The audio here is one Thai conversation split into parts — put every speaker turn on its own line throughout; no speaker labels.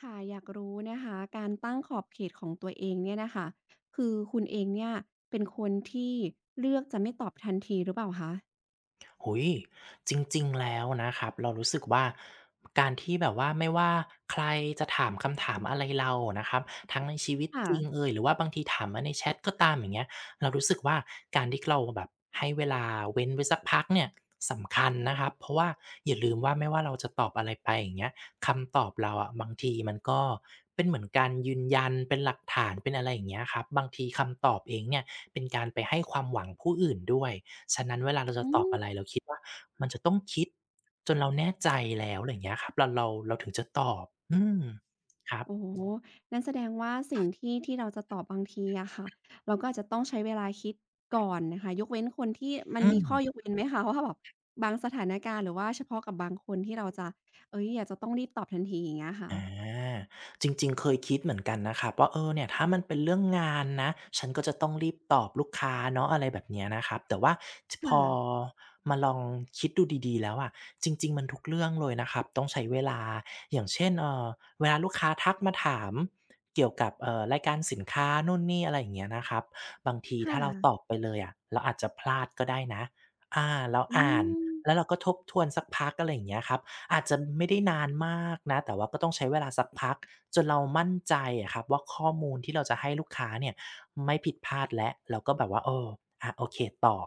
ค่ะ อยากรู้นะคะ การตั้งขอบเขตของตัวเองเนี่ยนะคะคือคุณเองเนี่ยเป็นคนที่เลือกจะไม่ตอบทันทีหรือเปล่าคะ
โอ้โจริงๆแล้วนะครับเรารู้สึกว่าการที่แบบว่าไม่ว่าใครจะถามคำถามอะไรเรานะครับทั้งในชีวิตจริงเอ
ค่ะ
ยหรือว่าบางทีถามมาในแชทก็ตามอย่างเงี้ยเรารู้สึกว่าการที่เราแบบให้เวลาเว้นไว้สักพักเนี่ยสำคัญนะครับเพราะว่าอย่าลืมว่าไม่ว่าเราจะตอบอะไรไปอย่างเงี้ยคำตอบเราอะบางทีมันก็เป็นเหมือนการยืนยันเป็นหลักฐานเป็นอะไรอย่างเงี้ยครับบางทีคำตอบเองเนี่ยเป็นการไปให้ความหวังผู้อื่นด้วย ฉะนั้นเวลาเราจะ
อื
ตอบอะไร
ม
เราคิดว่ามันจะต้องคิดจนเราแน่ใจแล้วอะไรอย่างเงี้ยครับเราถึงจะตอบอืมครับ
โอ้โหนั่นแสดงว่าสิ่งที่เราจะตอบบางทีอะค่ะเราก็อาจจะต้องใช้เวลาคิดก่อนนะคะยกเว้นคนที่มัน
อื
มี
ม
ข้อยกเว้นไหมคะว่าแบบบางสถานการณ์หรือว่าเฉพาะกับบางคนที่เราจะเฮ้ยอยากจะต้องรีบตอบทันทีอย่างเงี้ย
อ
ค่ะ
าจริงๆเคยคิดเหมือนกันนะครับว่าเออเนี่ยถ้ามันเป็นเรื่องงานนะฉันก็จะต้องรีบตอบลูกค้าเนาะอะไรแบบเนี้ยนะครับแต่ว่าจพ
ค่ะ
อมาลองคิดดูดีๆแล้วอะจริงๆมันทุกเรื่องเลยนะครับต้องใช้เวลาอย่างเช่นเวลาลูกค้าทักมาถามเกี่ยวกับรายการสินค้านู่นนี่อะไรอย่างเงี้ยนะครับบางที
ค่ะ
ถ้าเราตอบไปเลยอะเราอาจจะพลาดก็ได้นะอาเรา
อื
อ่านแล้ว
ม
เราก็ทบทวนสักพักอะไรอย่างเงี้ยครับ อาจจะไม่ได้นานมากนะแต่ว่าก็ต้องใช้เวลาสักพักจนเรามั่นใจอะครับว่าข้อมูลที่เราจะให้ลูกค้าเนี่ยไม่ผิดพลาดแล้วเราก็แบบว่าเอออะโอเคตอบ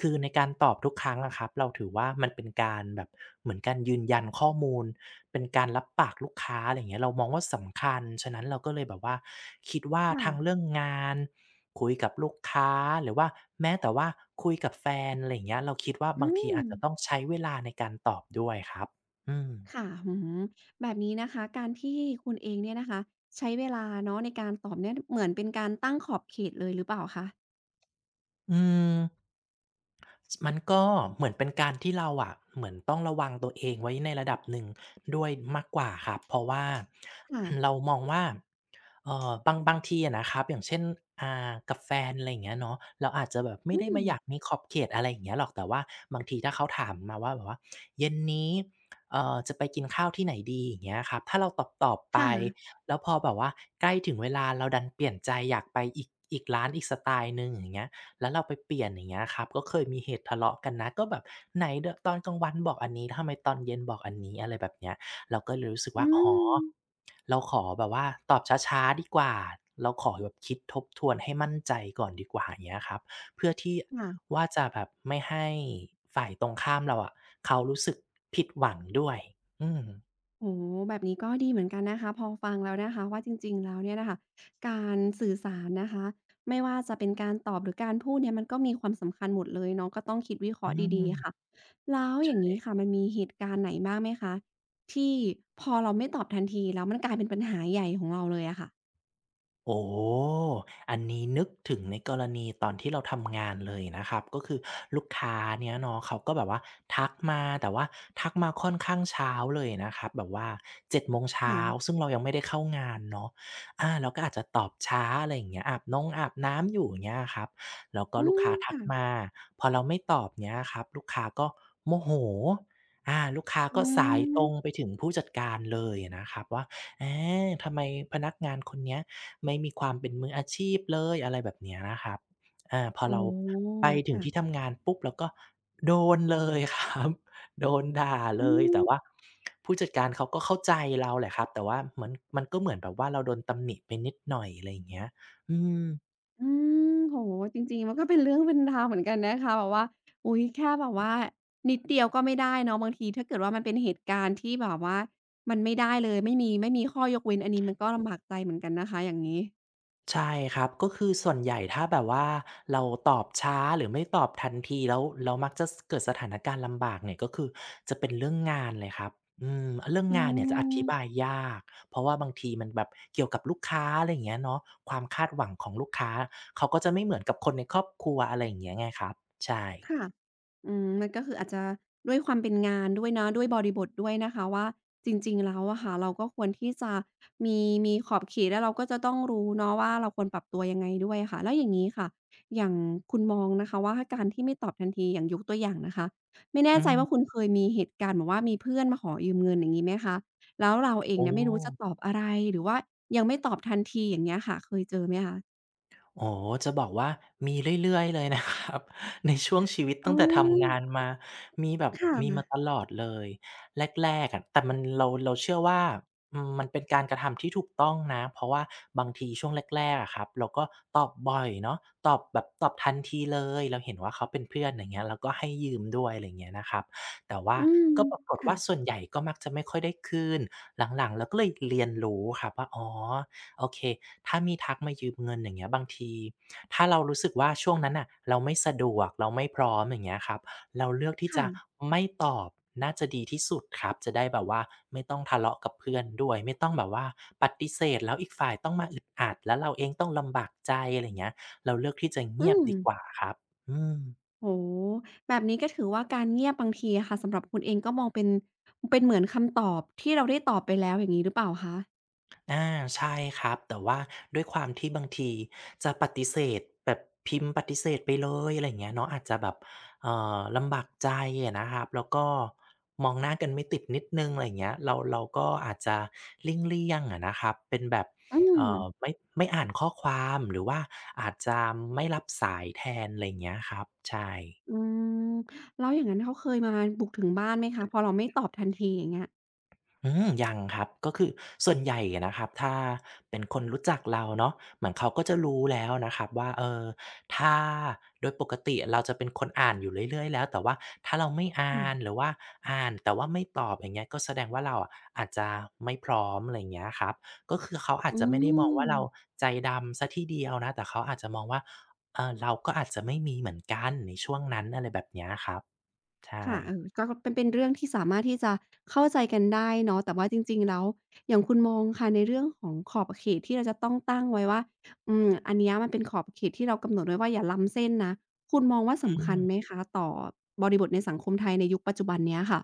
คือในการตอบทุกครั้งอะครับเราถือว่ามันเป็นการแบบเหมือนการยืนยันข้อมูล เป็นการรับปากลูกค้าอะไรอย่างเงี้ยเรามองว่าสำคัญ ฉะนั้นเราก็เลยแบบว่าคิดว่า
ค่ะ
ทั้งเรื่องงานคุยกับลูกค้าหรือว่าแม้แต่ว่าคุยกับแฟนอะไรอย่างเงี้ยเราคิดว่า
อื
บางที
ม
อาจจะต้องใช้เวลาในการตอบด้วยครับ อืม
ค่ะอืมแบบนี้นะคะการที่คุณเองเนี่ยนะคะใช้เวลาเนาะในการตอบเนี่ยเหมือนเป็นการตั้งขอบเขตเลยหรือเปล่าคะ
อืมมันก็เหมือนเป็นการที่เราอะเหมือนต้องระวังตัวเองไว้ในระดับหนึ่งด้วยมากกว่าครับเพราะว่า
ค่ะ
เรามองว่าบางทีอะนะครับอย่างเช่นกับแฟนอะไรอย่างเงี้ยเนาะเราอาจจะแบบไม่
อื
ได้มา
ม
อยากมีขอบเขตอะไรอย่างเงี้ยหรอกแต่ว่าบางทีถ้าเขาถามมาว่าแบบว่าเย็นนี้จะไปกินข้าวที่ไหนดีอย่างเงี้ยครับถ้าเราตอบไป
ค่ะ
แล้วพอแบบว่าใกล้ถึงเวลาเราดันเปลี่ยนใจอยากไปอีกร้านอีกสไตล์หนึ่งอย่างเงี้ย แล้วเราไปเปลี่ยนอย่างเงี้ยครับก็เคยมีเหตุทะเลาะกันนะก็แบบไหนเดอะตอนกลางวันบอกอันนี้ทำไมตอนเย็นบอกอันนี้อะไรแบบเนี้ยเราก็เลยรู้สึกว่า
อื
อ๋อ
ม
เราขอแบบว่าตอบช้าๆดีกว่าเราขอแบบคิดทบทวนให้มั่นใจก่อนดีกว่าอย่างเงี้ยครับเพื่อที่
ค่ะ
ว่าจะแบบไม่ให้ฝ่ายตรงข้ามเราอะเขารู้สึกผิดหวังด้วยอืม
โอ้โฮแบบนี้ก็ดีเหมือนกันนะคะ พอฟังแล้วนะคะว่าจริงๆแล้วเนี่ยน่ะค่ะการสื่อสารนะคะไม่ว่าจะเป็นการตอบหรือการพูดเนี่ยมันก็มีความสำคัญหมดเลยเนาะก็ต้องคิดวิเค
อื
ราะห์ดีๆค่ะ
ม
แล้วอย่างงี้ค่ะมันมีเหตุการณ์ไหนบ้างไหมคะที่พอเราไม่ตอบทันทีแล้วมันกลายเป็นปัญหาใหญ่ของเราเลยอะค่ะ
โอ้อันนี้นึกถึงในกรณีตอนที่เราทำงานเลยนะครับก็คือลูกค้าเนี้ยเนาะเขาก็แบบว่าทักมาแต่ว่าทักมาค่อนข้างเช้าเลยนะครับแบบว่า7 โมงเช้า
ค่ะ
ซึ่งเรายังไม่ได้เข้างานเนาะเราก็อาจจะตอบช้าอะไรอย่างเงี้ยอาบนองอาบน้ำอยู่อย่างเงี้ยครับแล้วก็
อื
ลูก
ม
ค้าทัก
ค่ะ
มาพอเราไม่ตอบเนี้ยครับลูกค้าก็โมโหลูกค้า
อื
ก็สายตรงไป
ม
ถึงผู้จัดการเลยนะครับว่า อาทำไมพนักงานคนเนี้ยไม่มีความเป็นมืออาชีพเลยอะไรแบบเนี้ยนะครับพอ
อ๋อ
เราไปถึง
ค่ะ
ที่ทำงานปุ๊บเราก็โดนเลยครับ โดนด่า
อื
เลยแต่
ม
ว่าผู้จัดการเขาก็เข้าใจเราแหละครับแต่ว่าเหมือนมันก็เหมือนแบบว่าเราโดนตำหนิไปนิดหน่อยอะไรอย่างเงี้ยอืม
อืมโอ้โฮจริงๆมันก็เป็นเรื่องเป็นราวเหมือนกันนะคะแบบว่าอุ๊ยแค่แบบว่านิดเดียวก็ไม่ได้เนาะบางทีถ้าเกิดว่ามันเป็นเหตุการณ์ที่แบบว่ามันไม่ได้เลยไม่มีข้อยกเว้นอันนี้มันก็ลำบากใจเหมือนกันนะคะอย่างงี้
ใช่ครับก็คือส่วนใหญ่ถ้าแบบว่าเราตอบช้าหรือไม่ตอบทันทีแล้วแล้วมักจะเกิดสถานการณ์ลำบากเนี่ยก็คือจะเป็นเรื่องงานเลยครับอืมเรื่อง
อื
งานเนี่ยจะอธิบาย
ม
ยากเพราะว่าบางทีมันแบบเกี่ยวกับลูกค้าอะไรอย่างเงี้ยเนาะความคาดหวังของลูกค้าเขาก็จะไม่เหมือนกับคนในครอบครัวอะไรอย่างเงี้ยไงครับใช่
ค่ะอืมมันก็คืออาจจะด้วยความเป็นงานด้วยเนาะด้วยบริบทด้วยนะคะว่าจริงๆแล้วอะค่ะเราก็ควรที่จะมีมีขอบเขตแล้วเราก็จะต้องรู้เนาะว่าเราควรปรับตัวยังไงด้วยค่ะแล้วอย่างงี้ค่ะอย่างคุณมองนะคะว่าการที่ไม่ตอบทันทีอย่างยกตัวอย่างนะคะไม่แน่
อื
ใจ
ม
ว่าคุณเคยมีเหตุการณ์แบบว่ามีเพื่อนมาขอยืมเงินอย่างงี้ไหมคะแล้วเราเอง
โอ้
เนี่ยไม่รู้จะตอบอะไรหรือว่ายังไม่ตอบทันทีอย่างเงี้ยค่ะเคยเจอไหมคะ
โอ้โฮจะบอกว่ามีเรื่อยๆเลย นะครับในช่วงชีวิต
อ๋
ตั้งแต่ทำงาน
อ
มามีแบบ
ค่
มีมาต
ะ
ลอดเลยแรกๆอะแต่มันเราเชื่อว่ามันเป็นการกระทำที่ถูกต้องนะเพราะว่าบางทีช่วงแรกๆอะครับเราก็ตอบบ่อยเนาะตอบแบบตอบทันทีเลยเราเห็นว่าเขาเป็นเพื่อนอย่างเงี้ยเราก็ให้ยืมด้วยอะไรอย่างเงี้ยนะครับแต่ว่า
อืม
ก็ปรากฏ
ค่ะ
ว่าส่วนใหญ่ก็มักจะไม่ค่อยได้คืนหลังๆเราก็เลยเรียนรู้ครับว่าอ๋อ โอเค ถ้ามีทักมายืมเงินอย่างเงี้ยบางทีถ้าเรารู้สึกว่าช่วงนั้นน่ะเราไม่สะดวกเราไม่พร้อมอย่างเงี้ยครับเราเลือกที่จะ
ค่ะ
ไม่ตอบ น่าจะดีที่สุดครับจะได้แบบว่าไม่ต้องทะเลาะกับเพื่อนด้วยไม่ต้องแบบว่าปฏิเสธแล้วอีกฝ่ายต้องมาอึดอัดแล้วเราเองต้องลำบากใจอะไรอย่างเงี้ยเราเลือกที่จะ
อื
เงียบ
ม
ดีกว่าครับอืม
โอ้โฮแบบนี้ก็ถือว่าการเงียบบางทีอะค่ะสำหรับคุณเองก็มองเป็นเป็นเหมือนคำตอบที่เราได้ตอบไปแล้วอย่างงี้หรือเปล่าคะ
อาใช่ครับแต่ว่าด้วยความที่บางทีจะปฏิเสธแบบพิมพ์ปฏิเสธไปเลยอะไรอย่างเงี้ยเนาะอาจจะแบบลำบากใจอะนะครับแล้วก็มองหน้ากันไม่ติดนิดหนึ่งอะไรอย่างเงี้ยเราก็อาจจะเลี่ยงๆอะนะครับเป็นแบบ
อืม
เอ่อไม่ไม่อ่านข้อความหรือว่าอาจจะไม่รับสายแทนอะไรอย่างเงี้ยครับใช่
อืมแล้วอย่างงั้นเขาเคยมาบุกถึงบ้านไหมคะพอเราไม่ตอบทันทีอย่างเงี้ย
อืมยังครับก็คือส่วนใหญ่อะนะครับถ้าเป็นคนรู้จักเราเนาะเหมือนเขาก็จะรู้แล้วนะครับว่าเออถ้าโดยปกติเราจะเป็นคนอ่านอยู่เรื่อยๆแล้วแต่ว่าถ้าเราไม่อ่านห
ค่ะ
รือว่าอ่านแต่ว่าไม่ตอบอย่างเงี้ยก็แสดงว่าเราอะอาจจะไม่พร้อมอะไรอย่างเงี้ยครับก็คือเขาอาจ
อื
จะไม่ได้มองว่าเรา
ม
ใจดำเสียทีเดียวนะแต่เขาอาจจะมองว่าเออเราก็อาจจะไม่มีเหมือนกันในช่วงนั้นอะไรแบบเนี้ยครับใช่
ค่ะเออก็เป็นเป็นเรื่องที่สามารถที่จะเข้าใจกันได้เนาะแต่ว่าจริงๆแล้วอย่างคุณมองค่ะในเรื่องของขอบเขตที่เราจะต้องตั้งไว้ว่าอืมอันเนี้ยมันเป็นขอบเขตที่เรากำหนดไว้ว่าอย่าล้ำเส้นนะคุณมองว่าสำคัญไหมคะต่อบริบทในสังคมไทยในยุคปัจจุบันเนี้ยค่ะ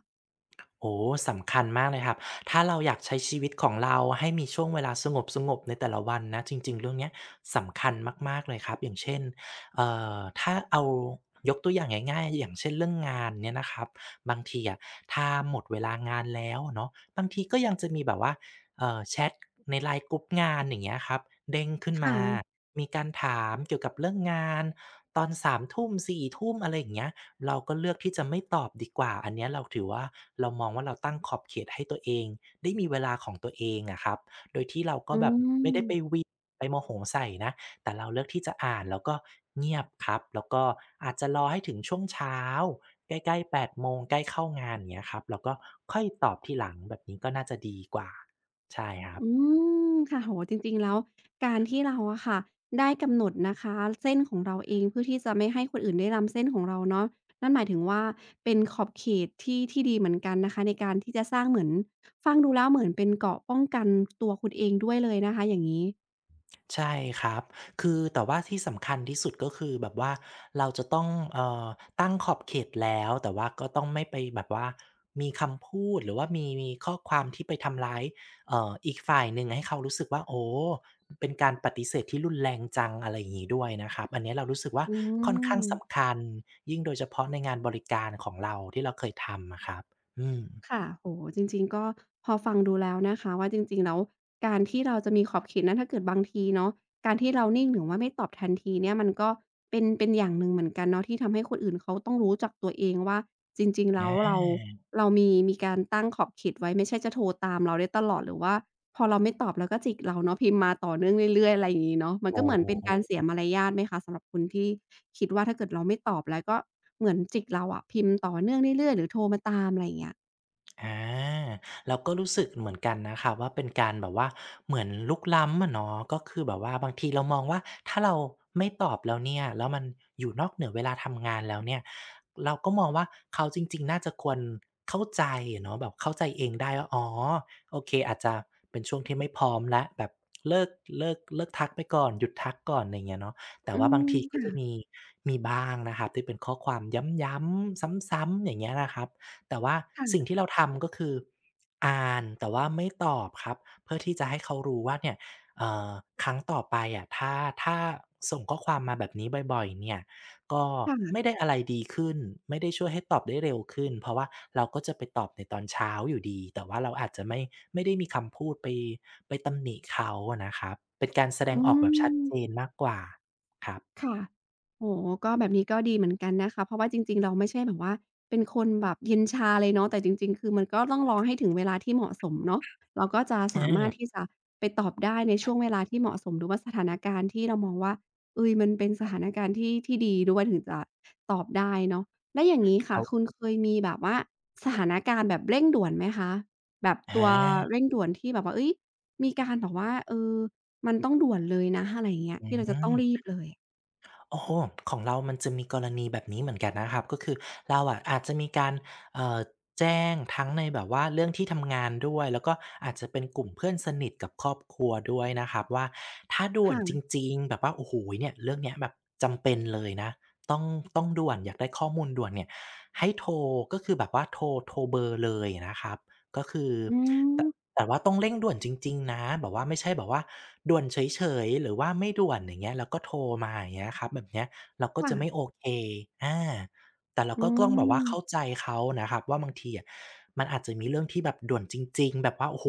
โอ้สำคัญมากเลยครับถ้าเราอยากใช้ชีวิตของเราให้มีช่วงเวลาสงบๆในแต่ละวันนะจริงๆเรื่องเนี้ยสำคัญมากๆเลยครับอย่างเช่นเอ่ถ้าเอายกตัวอย่างง่ายๆอย่างเช่นเรื่องงานเนี่ยนะครับบางทีอะถ้าหมดเวลางานแล้วอะเนาะบางทีก็ยังจะมีแบบว่าแชตใน LINE กรุ๊ปงานอย่างเงี้ยครับเด้งขึ้น
ค
มา
่ะ
มีการถามเกี่ยวกับเรื่องงานตอนสามทุ่มสี่ทุ่มอะไรอย่างเงี้ย เราก็เลือกที่จะไม่ตอบดีกว่าอันเนี้ยเราถือว่าเรามองว่าเราตั้งขอบเขตให้ตัวเองได้มีเวลาของตัวเองอะครับโดยที่เราก็
อื
แบบไม่ได้ไปเห
ม
วี่ยงไปโมโหใส่นะแต่เราเลือกที่จะอ่านแล้วก็เงียบครับแล้วก็อาจจะรอให้ถึงช่วงเช้าใกล้ๆแปดโมงใกล้เข้างานอย่างเงี้ยครับเราก็ค่อยตอบทีหลังแบบนี้ก็น่าจะดีกว่าใช่ครั
อื
บ
มค่ะโอ้โฮจริงๆแล้วการที่เราอะค่ะได้กำหนดนะคะเส้นของเราเองเพื่อที่จะไม่ให้คนอื่นได้ล้ำเส้นของเราเนาะนั่นหมายถึงว่าเป็นขอบเขตที่ดีเหมือนกันนะคะในการที่จะสร้างเหมือนฟังดูแล้วเหมือนเป็นเกราะป้องกันตัวคุณเองด้วยเลยนะคะอย่างงี้
ใช่ครับ คือแต่ว่าที่สำคัญที่สุดก็คือแบบว่าเราจะต้องตั้งขอบเขตแล้วแต่ว่าก็ต้องไม่ไปแบบว่ามีคำพูดหรือว่ามีข้อความที่ไปทำร้ายอีกฝ่ายหนึ่งให้เขารู้สึกว่าโอ้เป็นการปฏิเสธที่รุนแรงจังอะไรอย่างนี้ด้วยนะครับอันนี้เรารู้สึกว่า
อื
ค่อนข้างสำ
ม
คัญยิ่งโดยเฉพาะในงานบริการของเราที่เราเคยทำนะครับอืม
ค่ะโอ้โฮจริงๆก็พอฟังดูแล้วนะคะว่าจริงๆแล้วการที่เราจะมีขอบเขตนั้นถ้าเกิดบางทีเนาะการที่เรานิ่งหรือว่าไม่ตอบทันทีเนี่ยมันก็เป็นเป็นอย่างหนึ่งเหมือนกันเนาะที่ทำให้คนอื่นเขาต้องรู้จักตัวเองว่าจริงๆ
อ
แล้วเรา
า
เรามีมีการตั้งขอบเขตไว้ไม่ใช่จะโทรตามเราได้ตลอดหรือว่าพอเราไม่ตอบแล้วก็จิกเราเนาะพิมพ์มาต่อเนื่องเรื่อยๆอะไรอย่างงี้เนาะมัน
โอ
ก็เหมือนเป็นการ
้
เสียมารยาทไหมคะสำหรับคุณที่คิดว่าถ้าเกิดเราไม่ตอบแล้วก็เหมือนจิกเราอะพิมพ์ต่อเนื่องเรื่อยๆหรือโทรมาตามอะไรอย่างเงี้ย
อาเราก็รู้สึกเหมือนกันนะคะว่าเป็นการแบบว่าเหมือนรุกล้ำอะเนาะก็คือแบบว่าบางทีเรามองว่าถ้าเราไม่ตอบแล้วเนี่ยแล้วมันอยู่นอกเหนือเวลาทำงานแล้วเนี่ยเราก็มองว่าเขาจริงๆน่าจะควรเข้าใจอะเนาะแบบเข้าใจเองได้ว่าอ๋อโอเคอาจจะเป็นช่วงที่ไม่พร้อมแล้วแบบเลิกเลิกเลิกทักไปก่อนหยุดทักก่อนอะไรอย่างเงี้ยเนาะแต่
อื
ว่าบางทีก็จะ
ม
มีมีบ้างนะครับที่เป็นข้อความย้ำๆซ้ำๆอย่างเงี้ยนะครับ แต่ว่าสิ่ง
ค่ะ
ที่เราทำก็คืออ่านแต่ว่าไม่ตอบครับเพื่อที่จะให้เขารู้ว่าเนี่ยเอ่อครั้งต่อไปอะถ้าส่งข้อความมาแบบนี้บ่อยๆเนี่ยก็
ค่ะ
ไม่ได้
ค่ะ
อะไรดีขึ้นไม่ได้ช่วยให้ตอบได้เร็วขึ้นเพราะว่าเราก็จะไปตอบในตอนเช้าอยู่ดีแต่ว่าเราอาจจะไม่ได้มีคำพูดไปตำหนิเขาอะนะครับเป็นการแสด
อื
งออกแบบชัดเจน
ม
มากกว่าครับ
ค่ะโอ้โฮก็แบบนี้ก็ดีเหมือนกันนะคะเพราะว่าจริงๆเราไม่ใช่แบบว่าเป็นคนแบบเย็นชาเลยเนาะแต่จริงๆ คือมันก็ต้องรอให้ถึงเวลาที่เหมาะสมเนาะเราก็จะ
อ
สามารถ
า
ที่จะไปตอบได้ในช่วงเวลาที่เหมาะสมหรือว่าสถานการณ์ที่เรามองว่าเฮ้ยมันเป็นสถานการณ์ที่ดีด้วยถึงจะตอบได้เนาะแล้วอย่างงี้
แล้
ค่ะ
ว
คุณเคยมีแบบว่าสถานการณ์แบบเร่งด่วนไหมคะแบบ
อ
ตัวเร่
า
งด่วนที่แบบว่าเฮ้ยมีการแบบว่ามันต้องด่วนเลยนะอะไรอย่างเงี้ย
อื
ที่เราจะต้องรี
ม
บเลย
โอ้โฮของเรามันจะมีกรณีแบบนี้เหมือนกันนะครับก็คือเราอะอาจจะมีการเอ่อแจ้งทั้งในแบบว่าเรื่องที่ทำงานด้วย แล้วก็อาจจะเป็นกลุ่มเพื่อนสนิทกับครอบครัวด้วยนะครับว่าถ้าด่วนจ
ค่ะ
ริงๆแบบว่าโอ้โฮเนี่ยเรื่องเนี้ยแบบจำเป็นเลยนะต้องต้องด่วนอยากได้ข้อมูลด่วนเนี่ยให้โทรก็คือแบบว่าโทรเบอร์เลยนะครับก็คือ
อื
ต
ม
แต่ว่าต้องเร่งด่วนจริงๆนะแบบว่าไม่ใช่แบบว่าด่วนเฉยๆหรือว่าไม่ด่วนอย่างเงี้ยแล้วก็โทรมาอย่างเงี้ยครับแบบเนี้ยเราก็จะไม่โอ
ค่ะ
เคอาแต่เรา
อื
ก็ต้องแบบว่าเข้า
ม
ใจเขานะครับว่าบางทีอะมันอาจจะมีเรื่องที่แบบด่วนจริงๆแบบว่าโอ้โฮ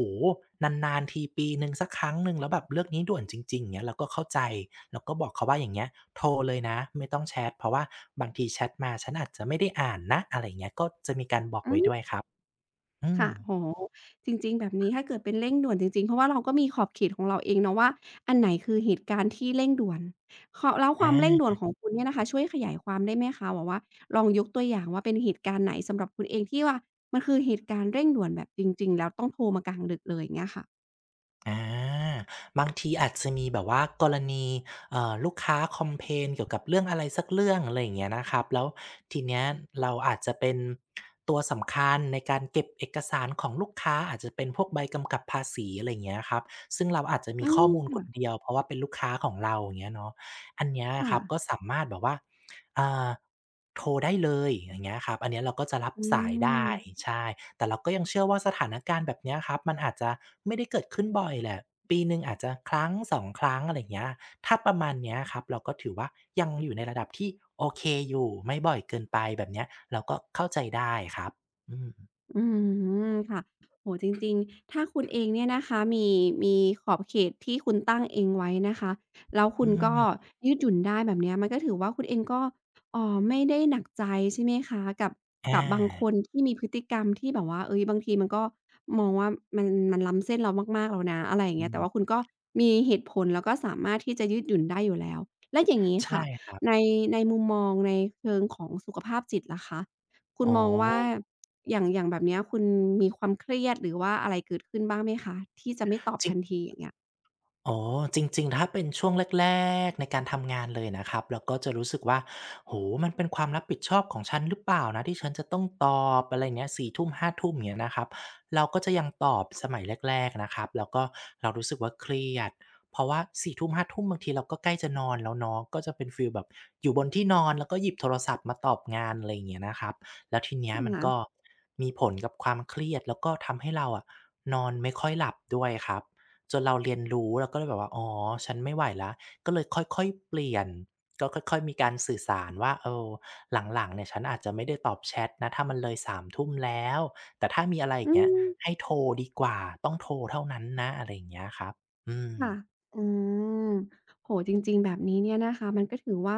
นานๆทีปีหนึ่งสักครั้งหนึ่งแล้วแบบเรื่องนี้ด่วนจริงๆอย่างเงี้ยเราก็เข้าใจเราก็บอกเขาว่าอย่างเงี้ยโทรเลยนะไม่ต้องแชตเพราะว่าบางทีแชตมาฉันอาจจะไม่ได้อ่านนะอะไรอย่างเงี้ยก็จะมีการบอก
อื
ไว้
ม
ด้วยครับอืม
ค่ะโอ้โฮจริงๆแบบนี้ถ้าเกิดเป็นเร่งด่วนจริงๆเพราะว่าเราก็มีขอบเขตของเราเองเนาะว่า อันไหนคือเหตุการณ์ที่เร่งด่วนขอแล้วความเร่ง
อา
ด่วนของคุณเนี่ยนะคะช่วยขยายความได้ไหมคะแบบว่าลองยกตัวอย่างว่าเป็นเหตุการณ์ไหนสำหรับคุณเองที่ว่ามันคือเหตุการณ์เร่งด่วนแบบจริงๆแล้วต้องโทรมากลางดึกเลยอย่างเงี้ยค่ะ
อาบางทีอาจจะมีแบบว่ากรณีลูกค้าคอมเพลนเกี่ยวกับเรื่องอะไรสักเรื่องอะไรอย่างเงี้ยนะครับแล้วทีเนี้ยเราอาจจะเป็นตัวสำคัญในการเก็บเอกสารของลูกค้าอาจจะเป็นพวกใบกำกับภาษีอะไรอย่างเงี้ยครับซึ่งเราอาจจะมี
อื
ข้
ม
อมูลคน
ค่ะ
เดียวเพราะว่าเป็นลูกค้าของเราอย่างเงี้ยเนาะอันเนี้ยค
ค่ะ
รับก็สามารถแบบว่า อ่าโทรได้เลยอย่างเงี้ยครับอันเนี้ยเราก็จะรับ
อื
สายได้
ม
ใช่แต่เราก็ยังเชื่อว่าสถานการณ์แบบเนี้ยครับมันอาจจะไม่ได้เกิดขึ้นบ่อยแหละปีหนึ่งอาจจะ1-2ครั้งอะไรอย่างเงี้ยถ้าประมาณเนี้ยครับเราก็ถือว่ายังอยู่ในระดับที่โอเคอยู่ไม่บ่อยเกินไปแบบเนี้ยเราก็เข้าใจได้ครับอืม
อืมค่ะโอ้โฮจริงๆถ้าคุณเองเนี่ยนะคะมีขอบเขตที่คุณตั้งเองไว้นะคะแล้วคุ
อื
ณก็
ม
ยืดหยุ่นได้แบบเนี้ยมันก็ถือว่าคุณเองก็ไม่ได้หนักใจใช่ไหมคะกับ
อ
กับบางคน
า
ที่มีพฤติกรรมที่แบบว่าเฮ้ยบางทีมันก็มองว่ามันมันล้ำเส้นเรามากๆแล้วนะอะไรอย่างเงี้ยแต่
อื
ว่า
ม
คุณก็มีเหตุผลแล้วก็สามารถที่จะยืดหยุ่นได้อยู่แล้วแล้วอย่างงี้
ใช่
ค่ะ
ครั
ใน
บ
ในมุมมองในเชิงของสุขภาพจิตล่ะคะคุ
อ๋
ณ
อ
มองว่า อย่างแบบเนี้ยคุณมีความเครียดหรือว่าอะไรเกิดขึ้นบ้างไหมคะที่จะไม่ตอบ
จริง
ทันทีอย่างเงี้ย
อ๋อจริงๆถ้าเป็นช่วงแรกๆในการทำงานเลยนะครับเราก็จะรู้สึกว่าโอ้โฮมันเป็นความรับผิดชอบของฉันหรือเปล่านะที่ฉันจะต้องตอบอะไรอย่างเงี้ย22:00 23:00อย่างเงี้ยนะครับเราก็จะยังตอบสมัยแรกๆนะครับแล้วก็เรารู้สึกว่าเครียดเพราะว่าสี่ทุ่มห้าทุ่มบางทีเราก็ใกล้จะนอนแล้วเนาะก็จะเป็นฟีลแบบอยู่บนที่นอนแล้วก็หยิบโทรศัพท์มาตอบงานอะไรอย่างเงี้ยนะครับแล้วทีเนี้ย
อือ
มัน
ฮึ
ก็มีผลกับความเครียดแล้วก็ทำให้เราอะนอนไม่ค่อยหลับด้วยครับ จนเราเรียนรู้เราก็เลยแบบว่าอ๋อฉันไม่ไหวแล้วก็เลยค่อยๆเปลี่ยนก็ค่อยๆมีการสื่อสารว่าเออหลังๆเนี่ยฉันอาจจะไม่ได้ตอบแชตนะถ้ามันเลยสามทุ่มแล้วแต่ถ้ามีอะไรอย่า
อื
งเงี้ย
ม
ให้โทรดีกว่าต้องโทรเท่านั้นนะอะไรอย่างเงี้ยครับอืม
ค่ะอืมโอโจริงๆ แบบนี้เนี่ยนะคะมันก็ถือว่า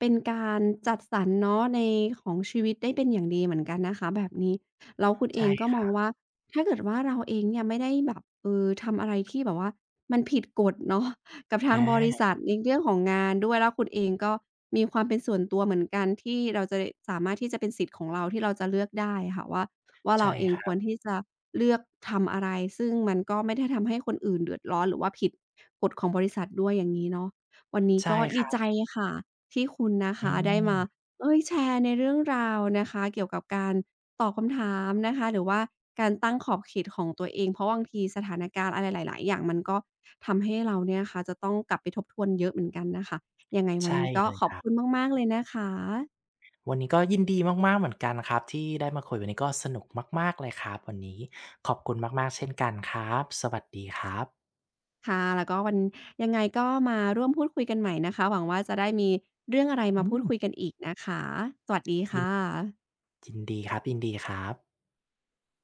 เป็นการจัดสรรเนาะในของชีวิตได้เป็นอย่างดีเหมือนกันนะคะแบบนี้แล้วคุณเอ
ใช่
งก็
ค
มอ
รั
ง
บ
ว่าถ้าเกิดว่าเราเองเนี่ยไม่ได้แบบทำอะไรที่แบบว่ามันผิดกฎเนาะ กับทา
อ
งบริ
า
ษัทในเรื่องของงานด้วยแล้วคุณเองก็มีความเป็นส่วนตัวเหมือนกันที่เราจะสามารถที่จะเป็นสิทธิ์ของเราที่เราจะเลือกได้ค่ะว่า ว่า
ใช่
เราเอง
ครั
ควร
บ
ที่จะเลือกทำอะไรซึ่งมันก็ไม่ได้ทำให้คนอื่นเดือดร้อนหรือว่าผิดกฎของบริษัทด้วยอย่างงี้เนาะวันนี้
ใช่
ก็
ค
ดี
รั
ใจ
บ
ค่ะที่คุณนะ
อื
คะได้มา
ม
เอ๊ยแชร์ในเรื่องราวนะคะเกี่ยวกับการตอบคำถามนะคะหรือว่าการตั้งขอบเขตของตัวเองเพราะบางทีสถานการณ์อะไรหลายๆอย่างมันก็ทำให้เราเนี่ยนะคะจะต้องกลับไปทบทวนเยอะเหมือนกันน่ะค่ะยังไงวัน
ใช่
นี้ก็
เลย
ข
ค
อบ
รับ
คุณมากๆเลยนะคะ
วันนี้ก็ยินดีมากๆเหมือนกันครับที่ได้มาคุยวันนี้ก็สนุกมากๆเลยครับวันนี้ขอบคุณมากๆเช่นกันครับสวัสดีครับ
ค่ะแล้วก็วันยังไงก็มาร่วมพูดคุยกันใหม่นะคะหวังว่าจะได้มีเรื่องอะไร
อื
มาพูด
ม
คุยกันอีกนะคะสวัสดี
ยิน
ค่ะ
ยินดีครับยินดีครับ